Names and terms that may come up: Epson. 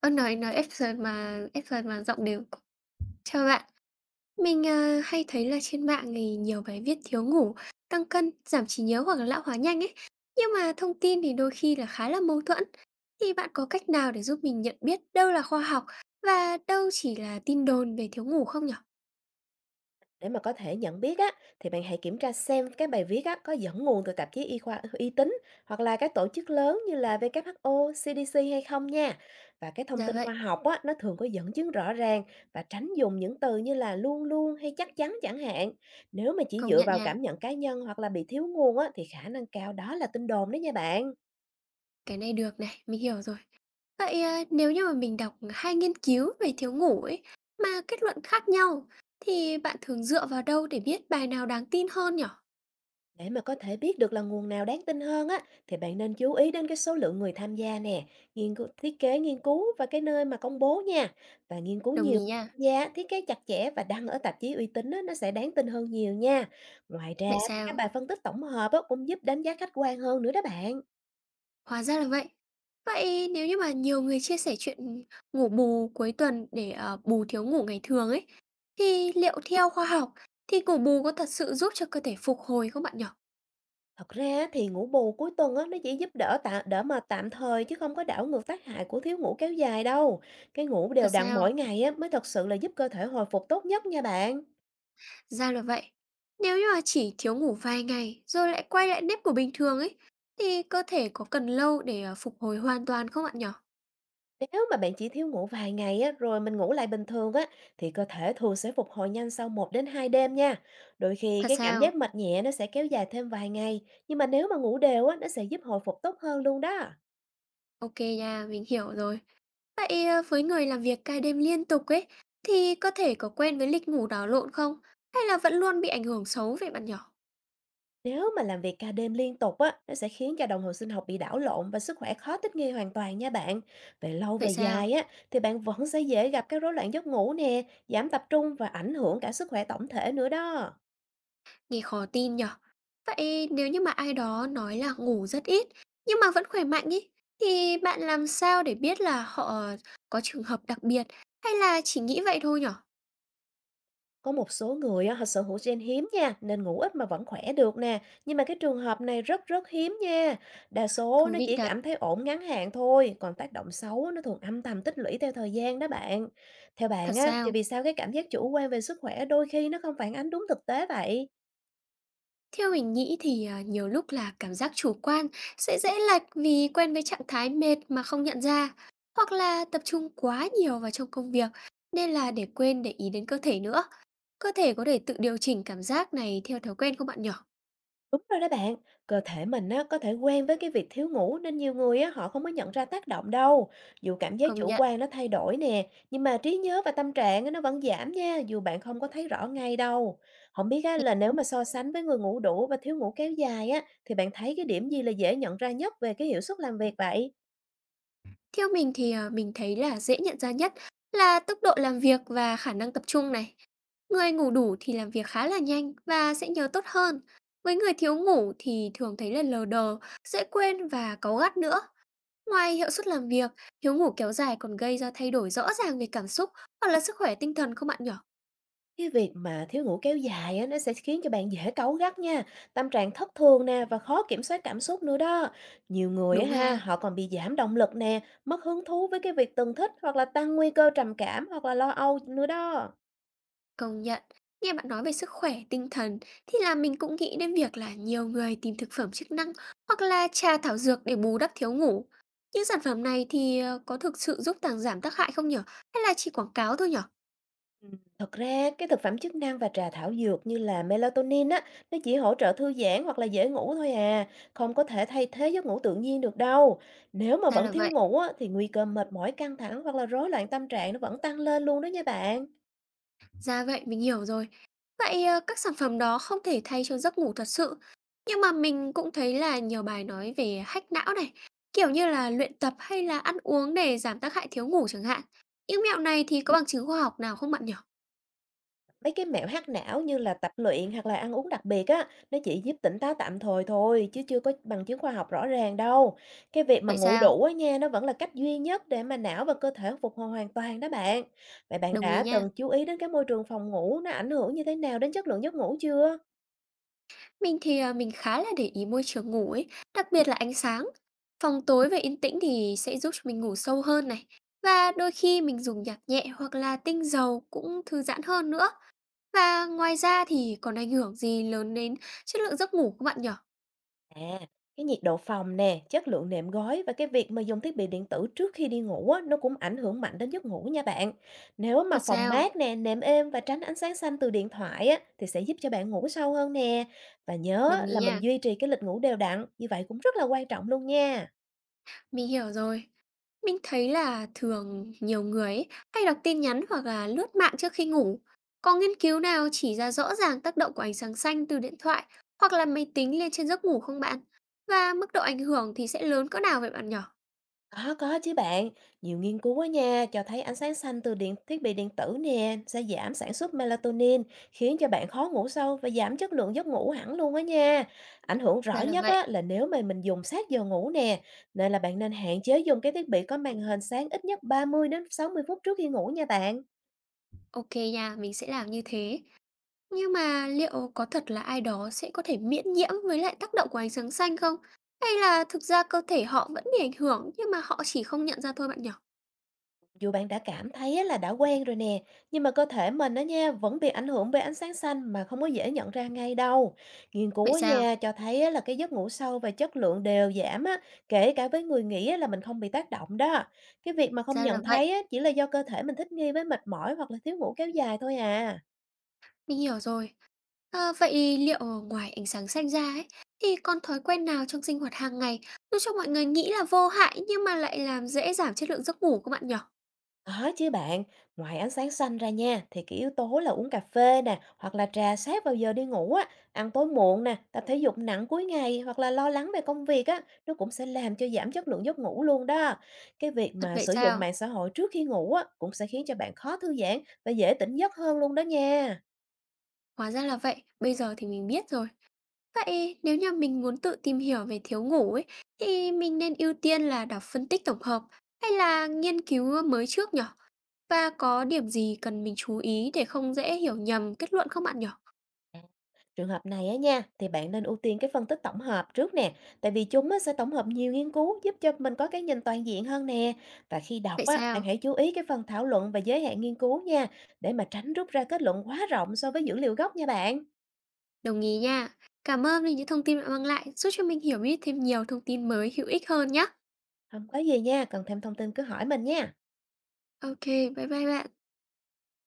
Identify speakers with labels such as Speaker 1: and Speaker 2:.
Speaker 1: Ơ, nói Epson mà giọng đều c Chào bạn, mình, hay thấy là trên mạng thì nhiều bài viết thiếu ngủ, tăng cân, giảm trí nhớ hoặc là lão hóa nhanh ấy, nhưng mà thông tin thì đôi khi là khá là mâu thuẫn. Thì bạn có cách nào để giúp mình nhận biết đâu là khoa học và đâu chỉ là tin đồn về thiếu ngủ không nhỉ?
Speaker 2: Để mà có thể nhận biết á, thì bạn hãy kiểm tra xem cái bài viết á, có dẫn nguồn từ tạp chí y khoa uy tín hoặc là các tổ chức lớn như là WHO, CDC hay không nha. Và cái thông
Speaker 1: Dạ
Speaker 2: tin
Speaker 1: vậy,
Speaker 2: khoa học á, nó thường có dẫn chứng rõ ràng và tránh dùng những từ như là luôn luôn hay chắc chắn chẳng hạn. Nếu mà chỉ
Speaker 1: công
Speaker 2: dựa
Speaker 1: nhận
Speaker 2: vào
Speaker 1: nha,
Speaker 2: cảm nhận cá nhân hoặc là bị thiếu nguồn á, thì khả năng cao đó là tin đồn đó nha bạn.
Speaker 1: cái này được này, mình hiểu rồi. Vậy, nếu như mà mình đọc hai nghiên cứu về thiếu ngủ ấy, mà kết luận khác nhau, thì bạn thường dựa vào đâu để biết bài nào đáng tin hơn nhỉ?
Speaker 2: Để mà có thể biết được là nguồn nào đáng tin hơn á, thì bạn nên chú ý đến cái số lượng người tham gia nè, nghiên cứu, thiết kế nghiên cứu và cái nơi mà công bố nha. Và nghiên cứu
Speaker 1: Đồng
Speaker 2: nhiều
Speaker 1: ý nha.
Speaker 2: tham gia, thiết kế chặt chẽ và đăng ở tạp chí uy tín á, nó sẽ đáng tin hơn nhiều nha. Ngoài ra
Speaker 1: Vậy
Speaker 2: thì các
Speaker 1: sao?
Speaker 2: bài phân tích tổng hợp á, cũng giúp đánh giá khách quan hơn nữa đó bạn.
Speaker 1: Hóa ra là vậy. Vậy nếu như mà nhiều người chia sẻ chuyện ngủ bù cuối tuần để, bù thiếu ngủ ngày thường ấy, thì liệu theo khoa học thì ngủ bù có thật sự giúp cho cơ thể phục hồi không bạn nhỉ?
Speaker 2: Thật ra thì ngủ bù cuối tuần á, nó chỉ giúp đỡ tạm đỡ mà tạm thời chứ không có đảo ngược tác hại của thiếu ngủ kéo dài đâu. Cái ngủ đều
Speaker 1: Thật
Speaker 2: đặn
Speaker 1: sao?
Speaker 2: mỗi ngày á, mới thật sự là giúp cơ thể hồi phục tốt nhất nha bạn.
Speaker 1: Ra là vậy. Nếu như mà chỉ thiếu ngủ vài ngày rồi lại quay lại nếp của bình thường ấy, thì cơ thể có cần lâu để, phục hồi hoàn toàn không bạn nhỉ?
Speaker 2: Nếu mà bạn chỉ thiếu ngủ vài ngày á, rồi mình ngủ lại bình thường á, thì cơ thể thường sẽ phục hồi nhanh sau một đến 2 đêm nha. Đôi khi
Speaker 1: Thật
Speaker 2: cái cảm
Speaker 1: sao?
Speaker 2: giác mệt nhẹ nó sẽ kéo dài thêm vài ngày, nhưng mà nếu mà ngủ đều á, nó sẽ giúp hồi phục tốt hơn luôn đó.
Speaker 1: Ok nha, mình hiểu rồi. Vậy, với người làm việc ca đêm liên tục ấy, thì có thể có quen với lịch ngủ đảo lộn không? Hay là vẫn luôn bị ảnh hưởng xấu về bạn nhỏ?
Speaker 2: Nếu mà làm việc ca đêm liên tục á, nó sẽ khiến cho đồng hồ sinh học bị đảo lộn và sức khỏe khó thích nghi hoàn toàn nha bạn. Về lâu về
Speaker 1: Vậy sao?
Speaker 2: dài á, thì bạn vẫn sẽ dễ gặp các rối loạn giấc ngủ nè, giảm tập trung và ảnh hưởng cả sức khỏe tổng thể nữa đó.
Speaker 1: Nghe khó tin nhở. Vậy nếu như mà ai đó nói là ngủ rất ít, nhưng mà vẫn khỏe mạnh ấy, thì bạn làm sao để biết là họ có trường hợp đặc biệt hay là chỉ nghĩ vậy thôi nhỉ?
Speaker 2: Có một số người á, họ sở hữu gen hiếm nha, nên ngủ ít mà vẫn khỏe được nè. Nhưng mà cái trường hợp này rất rất hiếm nha. Đa số
Speaker 1: Thú
Speaker 2: nó
Speaker 1: vị
Speaker 2: chỉ
Speaker 1: thật,
Speaker 2: cảm thấy ổn ngắn hạn thôi, còn tác động xấu nó thường âm thầm tích lũy theo thời gian đó bạn. Theo bạn
Speaker 1: thật
Speaker 2: á, thì
Speaker 1: sao?
Speaker 2: vì sao cái cảm giác chủ quan về sức khỏe đôi khi nó không phản ánh đúng thực tế vậy?
Speaker 1: Theo mình nghĩ thì, nhiều lúc là cảm giác chủ quan sẽ dễ lệch vì quen với trạng thái mệt mà không nhận ra, hoặc là tập trung quá nhiều vào trong công việc nên là để quên để ý đến cơ thể nữa. Cơ thể có thể tự điều chỉnh cảm giác này theo thói quen không bạn nhỏ?
Speaker 2: Đúng rồi đó bạn, cơ thể mình á, có thể quen với cái việc thiếu ngủ nên nhiều người á, họ không có nhận ra tác động đâu. Dù cảm giác
Speaker 1: Công
Speaker 2: chủ
Speaker 1: nhận.
Speaker 2: quan nó thay đổi nè, nhưng mà trí nhớ và tâm trạng á, nó vẫn giảm nha, dù bạn không có thấy rõ ngay đâu. Không biết á, là nếu mà so sánh với người ngủ đủ và thiếu ngủ kéo dài á, thì bạn thấy cái điểm gì là dễ nhận ra nhất về cái hiệu suất làm việc vậy?
Speaker 1: Theo mình thì, mình thấy là dễ nhận ra nhất là tốc độ làm việc và khả năng tập trung này. Người ngủ đủ thì làm việc khá là nhanh và sẽ nhớ tốt hơn. Với người thiếu ngủ thì thường thấy là lờ đờ, dễ quên và cáu gắt nữa. Ngoài hiệu suất làm việc, thiếu ngủ kéo dài còn gây ra thay đổi rõ ràng về cảm xúc hoặc là sức khỏe tinh thần không bạn nhỏ?
Speaker 2: Cái việc mà thiếu ngủ kéo dài á, nó sẽ khiến cho bạn dễ cáu gắt nha, tâm trạng thất thường nè và khó kiểm soát cảm xúc nữa đó. Nhiều người á
Speaker 1: Đúng
Speaker 2: ha,
Speaker 1: ha,
Speaker 2: họ còn bị giảm động lực nè, mất hứng thú với cái việc từng thích hoặc là tăng nguy cơ trầm cảm hoặc là lo âu nữa đó.
Speaker 1: công nhận. Nghe bạn nói về sức khỏe tinh thần thì là mình cũng nghĩ đến việc là nhiều người tìm thực phẩm chức năng hoặc là trà thảo dược để bù đắp thiếu ngủ. Những sản phẩm này thì có thực sự giúp tăng giảm tác hại không nhỉ? Hay là chỉ quảng cáo thôi nhỉ?
Speaker 2: Thật ra, cái thực phẩm chức năng và trà thảo dược như là melatonin á, nó chỉ hỗ trợ thư giãn hoặc là dễ ngủ thôi à, không có thể thay thế giấc ngủ tự nhiên được đâu. Nếu mà
Speaker 1: Ra
Speaker 2: vẫn
Speaker 1: là
Speaker 2: thiếu
Speaker 1: vậy.
Speaker 2: ngủ á, thì nguy cơ mệt mỏi, căng thẳng hoặc là rối loạn tâm trạng nó vẫn tăng lên luôn đó nha bạn.
Speaker 1: Ra vậy, mình hiểu rồi. Vậy, các sản phẩm đó không thể thay cho giấc ngủ thật sự, nhưng mà mình cũng thấy là nhiều bài nói về hack não này, kiểu như là luyện tập hay là ăn uống để giảm tác hại thiếu ngủ chẳng hạn. Những mẹo này thì có bằng chứng khoa học nào không bạn nhỉ?
Speaker 2: Mấy cái mẹo hack não như là tập luyện hoặc là ăn uống đặc biệt á, nó chỉ giúp tỉnh táo tạm thời thôi chứ chưa có bằng chứng khoa học rõ ràng đâu. Cái việc mà
Speaker 1: Vậy
Speaker 2: ngủ
Speaker 1: sao?
Speaker 2: đủ á nha, nó vẫn là cách duy nhất để mà não và cơ thể phục hồi hoàn toàn đó bạn. Vậy bạn
Speaker 1: Đồng ý
Speaker 2: đã
Speaker 1: nha.
Speaker 2: từng chú ý đến cái môi trường phòng ngủ nó ảnh hưởng như thế nào đến chất lượng giấc ngủ chưa?
Speaker 1: Mình thì, mình khá là để ý môi trường ngủ ấy, đặc biệt là ánh sáng. Phòng tối và yên tĩnh thì sẽ giúp cho mình ngủ sâu hơn này. Và đôi khi mình dùng nhạc nhẹ hoặc là tinh dầu cũng thư giãn hơn nữa. Và ngoài ra thì còn ảnh hưởng gì lớn đến chất lượng giấc ngủ không bạn nhỉ?
Speaker 2: À, cái nhiệt độ phòng nè, chất lượng nệm gói và cái việc mà dùng thiết bị điện tử trước khi đi ngủ á, nó cũng ảnh hưởng mạnh đến giấc ngủ nha bạn. Nếu mà
Speaker 1: Thật
Speaker 2: phòng
Speaker 1: sao?
Speaker 2: mát nè, nệm êm và tránh ánh sáng xanh từ điện thoại á, thì sẽ giúp cho bạn ngủ sâu hơn nè. Và nhớ
Speaker 1: Đồng ý
Speaker 2: là mình
Speaker 1: nha,
Speaker 2: duy trì cái lịch ngủ đều đặn, như vậy cũng rất là quan trọng luôn nha.
Speaker 1: mình hiểu rồi. Mình thấy là thường nhiều người ấy hay đọc tin nhắn hoặc là lướt mạng trước khi ngủ. Có nghiên cứu nào chỉ ra rõ ràng tác động của ánh sáng xanh từ điện thoại hoặc là máy tính lên trên giấc ngủ không bạn? Và mức độ ảnh hưởng thì sẽ lớn cỡ nào vậy bạn nhỉ?
Speaker 2: Có chứ bạn. Nhiều nghiên cứu á nha, cho thấy ánh sáng xanh từ thiết bị điện tử nè sẽ giảm sản xuất melatonin, khiến cho bạn khó ngủ sâu và giảm chất lượng giấc ngủ hẳn luôn á nha. Ảnh hưởng rõ
Speaker 1: Ra là
Speaker 2: nhất
Speaker 1: vậy.
Speaker 2: á là nếu mà mình dùng sát giờ ngủ nè, nên là bạn nên hạn chế dùng cái thiết bị có màn hình sáng ít nhất 30 đến 60 phút trước khi ngủ nha bạn.
Speaker 1: Ok nha, mình sẽ làm như thế. Nhưng mà liệu có thật là ai đó sẽ có thể miễn nhiễm với lại tác động của ánh sáng xanh không? Hay là thực ra cơ thể họ vẫn bị ảnh hưởng nhưng mà họ chỉ không nhận ra thôi bạn nhỉ?
Speaker 2: Dù bạn đã cảm thấy á là đã quen rồi nè, nhưng mà cơ thể mình đó nha vẫn bị ảnh hưởng bởi ánh sáng xanh mà không có dễ nhận ra ngay đâu. Nghiên cứu
Speaker 1: Vậy
Speaker 2: á
Speaker 1: sao?
Speaker 2: nha cho thấy á là cái giấc ngủ sâu và chất lượng đều giảm á, kể cả với người nghĩ á là mình không bị tác động đó. Cái việc mà không
Speaker 1: Ra
Speaker 2: nhận
Speaker 1: là vậy,
Speaker 2: thấy á chỉ là do cơ thể mình thích nghi với mệt mỏi hoặc là thiếu ngủ kéo dài thôi à.
Speaker 1: mình hiểu rồi. À, vậy liệu ngoài ánh sáng xanh ra ấy, thì còn thói quen nào trong sinh hoạt hàng ngày giúp cho mọi người nghĩ là vô hại nhưng mà lại làm dễ giảm chất lượng giấc ngủ của bạn nhỉ?
Speaker 2: Có chứ bạn, ngoài ánh sáng xanh ra nha, thì cái yếu tố là uống cà phê nè, hoặc là trà sát vào giờ đi ngủ á, ăn tối muộn nè, tập thể dục nặng cuối ngày hoặc là lo lắng về công việc á, nó cũng sẽ làm cho giảm chất lượng giấc ngủ luôn đó. Cái việc
Speaker 1: Thật
Speaker 2: mà
Speaker 1: vậy
Speaker 2: sử dụng
Speaker 1: sao?
Speaker 2: mạng xã hội trước khi ngủ á, cũng sẽ khiến cho bạn khó thư giãn và dễ tỉnh giấc hơn luôn đó nha.
Speaker 1: Hóa ra là vậy, bây giờ thì mình biết rồi. Vậy nếu như mình muốn tự tìm hiểu về thiếu ngủ ấy, thì mình nên ưu tiên là đọc phân tích tổng hợp hay là nghiên cứu mới trước nhở? Và có điểm gì cần mình chú ý để không dễ hiểu nhầm kết luận không bạn nhở?
Speaker 2: Trường hợp này á nha, thì bạn nên ưu tiên cái phân tích tổng hợp trước nè, tại vì chúng á, sẽ tổng hợp nhiều nghiên cứu giúp cho mình có cái nhìn toàn diện hơn nè. Và khi đọc
Speaker 1: Vậy
Speaker 2: á, bạn
Speaker 1: sao?
Speaker 2: hãy chú ý cái phần thảo luận và giới hạn nghiên cứu nha, để mà tránh rút ra kết luận quá rộng so với dữ liệu gốc nha bạn.
Speaker 1: Đồng ý nha. Cảm ơn vì những thông tin bạn mang lại, giúp cho mình hiểu biết thêm nhiều thông tin mới hữu ích hơn nhé.
Speaker 2: Không có gì nha, cần thêm thông tin cứ hỏi mình nha.
Speaker 1: Ok, bye bye bạn.